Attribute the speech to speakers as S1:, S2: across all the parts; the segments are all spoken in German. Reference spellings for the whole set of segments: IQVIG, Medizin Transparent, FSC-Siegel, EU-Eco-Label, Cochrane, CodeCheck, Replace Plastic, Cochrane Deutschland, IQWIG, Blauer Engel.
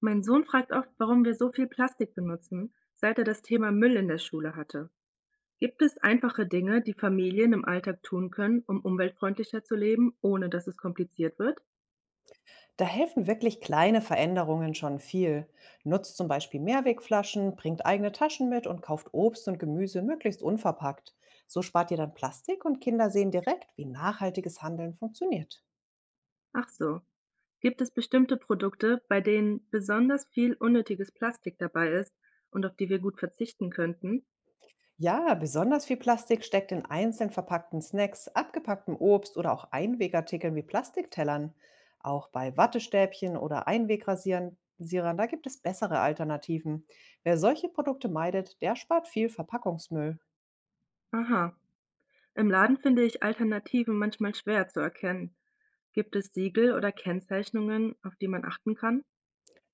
S1: Mein Sohn fragt oft, warum wir so viel Plastik benutzen, seit er das Thema Müll in der Schule hatte. Gibt es einfache Dinge, die Familien im Alltag tun können, um umweltfreundlicher zu leben, ohne dass es kompliziert wird?
S2: Da helfen wirklich kleine Veränderungen schon viel. Nutzt zum Beispiel Mehrwegflaschen, bringt eigene Taschen mit und kauft Obst und Gemüse möglichst unverpackt. So spart ihr dann Plastik und Kinder sehen direkt, wie nachhaltiges Handeln funktioniert.
S1: Ach so. Gibt es bestimmte Produkte, bei denen besonders viel unnötiges Plastik dabei ist und auf die wir gut verzichten könnten?
S2: Ja, besonders viel Plastik steckt in einzeln verpackten Snacks, abgepacktem Obst oder auch Einwegartikeln wie Plastiktellern. Auch bei Wattestäbchen oder Einwegrasierern, da gibt es bessere Alternativen. Wer solche Produkte meidet, der spart viel Verpackungsmüll.
S1: Aha. Im Laden finde ich Alternativen manchmal schwer zu erkennen. Gibt es Siegel oder Kennzeichnungen, auf die man achten kann?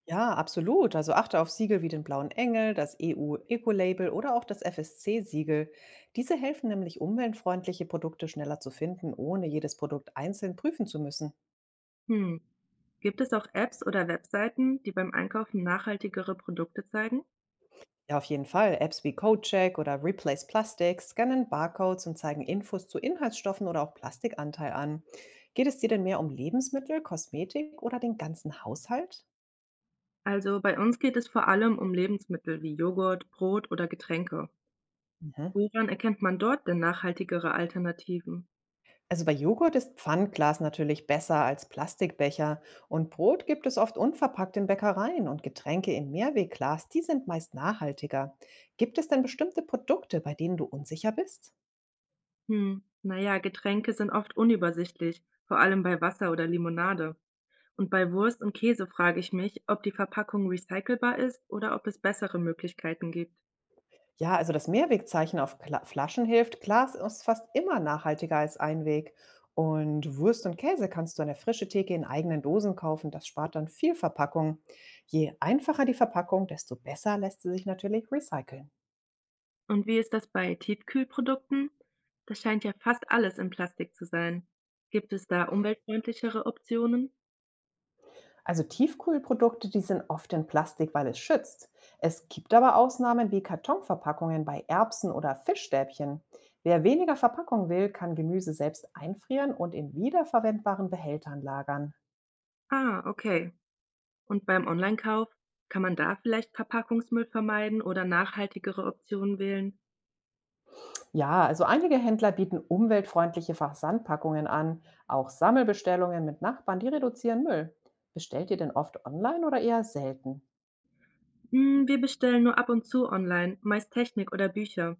S2: Ja, absolut. Also achte auf Siegel wie den Blauen Engel, das EU-Eco-Label oder auch das FSC-Siegel. Diese helfen nämlich, umweltfreundliche Produkte schneller zu finden, ohne jedes Produkt einzeln prüfen zu müssen.
S1: Hm. Gibt es auch Apps oder Webseiten, die beim Einkaufen nachhaltigere Produkte zeigen?
S2: Ja, auf jeden Fall. Apps wie CodeCheck oder Replace Plastic scannen Barcodes und zeigen Infos zu Inhaltsstoffen oder auch Plastikanteil an. Geht es dir denn mehr um Lebensmittel, Kosmetik oder den ganzen Haushalt?
S1: Also bei uns geht es vor allem um Lebensmittel wie Joghurt, Brot oder Getränke.
S2: Mhm.
S1: Woran erkennt man dort denn nachhaltigere Alternativen?
S2: Also bei Joghurt ist Pfannglas natürlich besser als Plastikbecher und Brot gibt es oft unverpackt in Bäckereien und Getränke im Mehrwegglas, die sind meist nachhaltiger. Gibt es denn bestimmte Produkte, bei denen du unsicher bist?
S1: Hm, naja, Getränke sind oft unübersichtlich, vor allem bei Wasser oder Limonade. Und bei Wurst und Käse frage ich mich, ob die Verpackung recycelbar ist oder ob es bessere Möglichkeiten gibt.
S2: Ja, also das Mehrwegzeichen auf Kla Flaschen hilft. Glas ist fast immer nachhaltiger als Einweg. Und Wurst und Käse kannst du an der frische Theke in eigenen Dosen kaufen. Das spart dann viel Verpackung. Je einfacher die Verpackung, desto besser lässt sie sich natürlich recyceln.
S1: Und wie ist das bei Tiefkühlprodukten? Das scheint ja fast alles in Plastik zu sein. Gibt es da umweltfreundlichere Optionen?
S2: Also Tiefkühlprodukte, die sind oft in Plastik, weil es schützt. Es gibt aber Ausnahmen wie Kartonverpackungen bei Erbsen oder Fischstäbchen. Wer weniger Verpackung will, kann Gemüse selbst einfrieren und in wiederverwendbaren Behältern lagern.
S1: Ah, okay. Und beim Online-Kauf? Kann man da vielleicht Verpackungsmüll vermeiden oder nachhaltigere Optionen wählen?
S2: Ja, also einige Händler bieten umweltfreundliche Versandpackungen an, auch Sammelbestellungen mit Nachbarn, die reduzieren Müll. Bestellt ihr denn oft online oder eher selten?
S1: Hm, wir bestellen nur ab und zu online, meist Technik oder Bücher.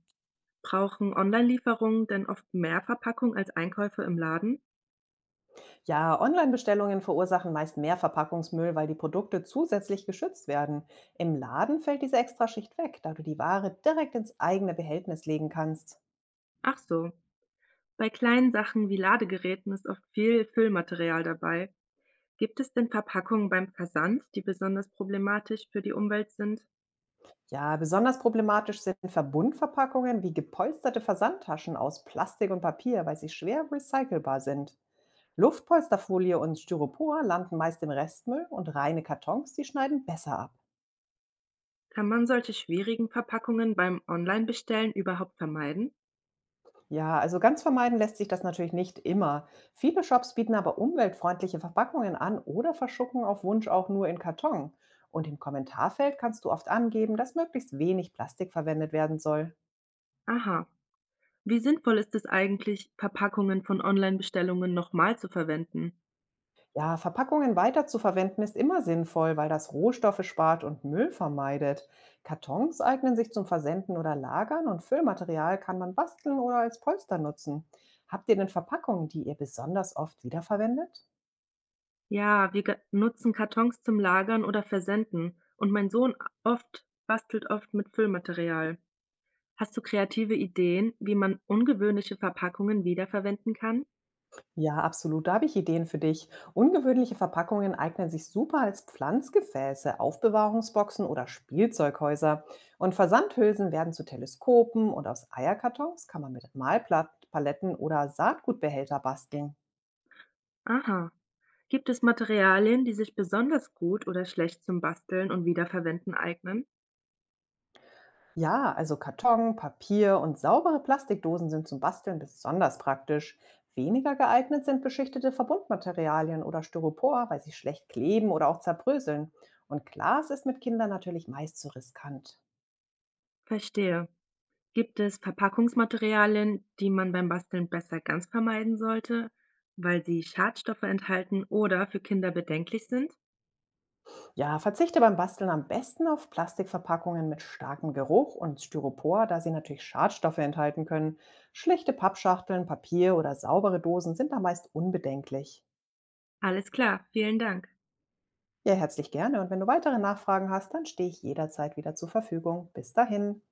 S1: Brauchen Online-Lieferungen denn oft mehr Verpackung als Einkäufe im Laden?
S2: Ja, Online-Bestellungen verursachen meist mehr Verpackungsmüll, weil die Produkte zusätzlich geschützt werden. Im Laden fällt diese Extraschicht weg, da du die Ware direkt ins eigene Behältnis legen kannst.
S1: Ach so. Bei kleinen Sachen wie Ladegeräten ist oft viel Füllmaterial dabei. Gibt es denn Verpackungen beim Versand, die besonders problematisch für die Umwelt sind?
S2: Ja, besonders problematisch sind Verbundverpackungen wie gepolsterte Versandtaschen aus Plastik und Papier, weil sie schwer recycelbar sind. Luftpolsterfolie und Styropor landen meist im Restmüll und reine Kartons, die schneiden besser ab.
S1: Kann man solche schwierigen Verpackungen beim Online-Bestellen überhaupt vermeiden?
S2: Ja, also ganz vermeiden lässt sich das natürlich nicht immer. Viele Shops bieten aber umweltfreundliche Verpackungen an oder verschucken auf Wunsch auch nur in Karton. Und im Kommentarfeld kannst du oft angeben, dass möglichst wenig Plastik verwendet werden soll.
S1: Aha. Wie sinnvoll ist es eigentlich, Verpackungen von Online-Bestellungen nochmal zu verwenden?
S2: Ja, Verpackungen weiterzuverwenden ist immer sinnvoll, weil das Rohstoffe spart und Müll vermeidet. Kartons eignen sich zum Versenden oder Lagern und Füllmaterial kann man basteln oder als Polster nutzen. Habt ihr denn Verpackungen, die ihr besonders oft wiederverwendet?
S1: Ja, wir nutzen Kartons zum Lagern oder Versenden und mein Sohn oft bastelt oft mit Füllmaterial. Hast du kreative Ideen, wie man ungewöhnliche Verpackungen wiederverwenden kann?
S2: Ja, absolut. Da habe ich Ideen für dich. Ungewöhnliche Verpackungen eignen sich super als Pflanzgefäße, Aufbewahrungsboxen oder Spielzeughäuser. Und Versandhülsen werden zu Teleskopen und aus Eierkartons kann man mit Malpaletten oder Saatgutbehälter basteln.
S1: Aha. Gibt es Materialien, die sich besonders gut oder schlecht zum Basteln und Wiederverwenden eignen?
S2: Ja, also Karton, Papier und saubere Plastikdosen sind zum Basteln besonders praktisch. Weniger geeignet sind beschichtete Verbundmaterialien oder Styropor, weil sie schlecht kleben oder auch zerbröseln. Und Glas ist mit Kindern natürlich meist zu riskant.
S1: Verstehe. Gibt es Verpackungsmaterialien, die man beim Basteln besser ganz vermeiden sollte, weil sie Schadstoffe enthalten oder für Kinder bedenklich sind?
S2: Ja, verzichte beim Basteln am besten auf Plastikverpackungen mit starkem Geruch und Styropor, da sie natürlich Schadstoffe enthalten können. Schlichte Pappschachteln, Papier oder saubere Dosen sind da meist unbedenklich.
S1: Alles klar, vielen Dank.
S2: Ja, herzlich gerne. Und wenn du weitere Nachfragen hast, dann stehe ich jederzeit wieder zur Verfügung. Bis dahin.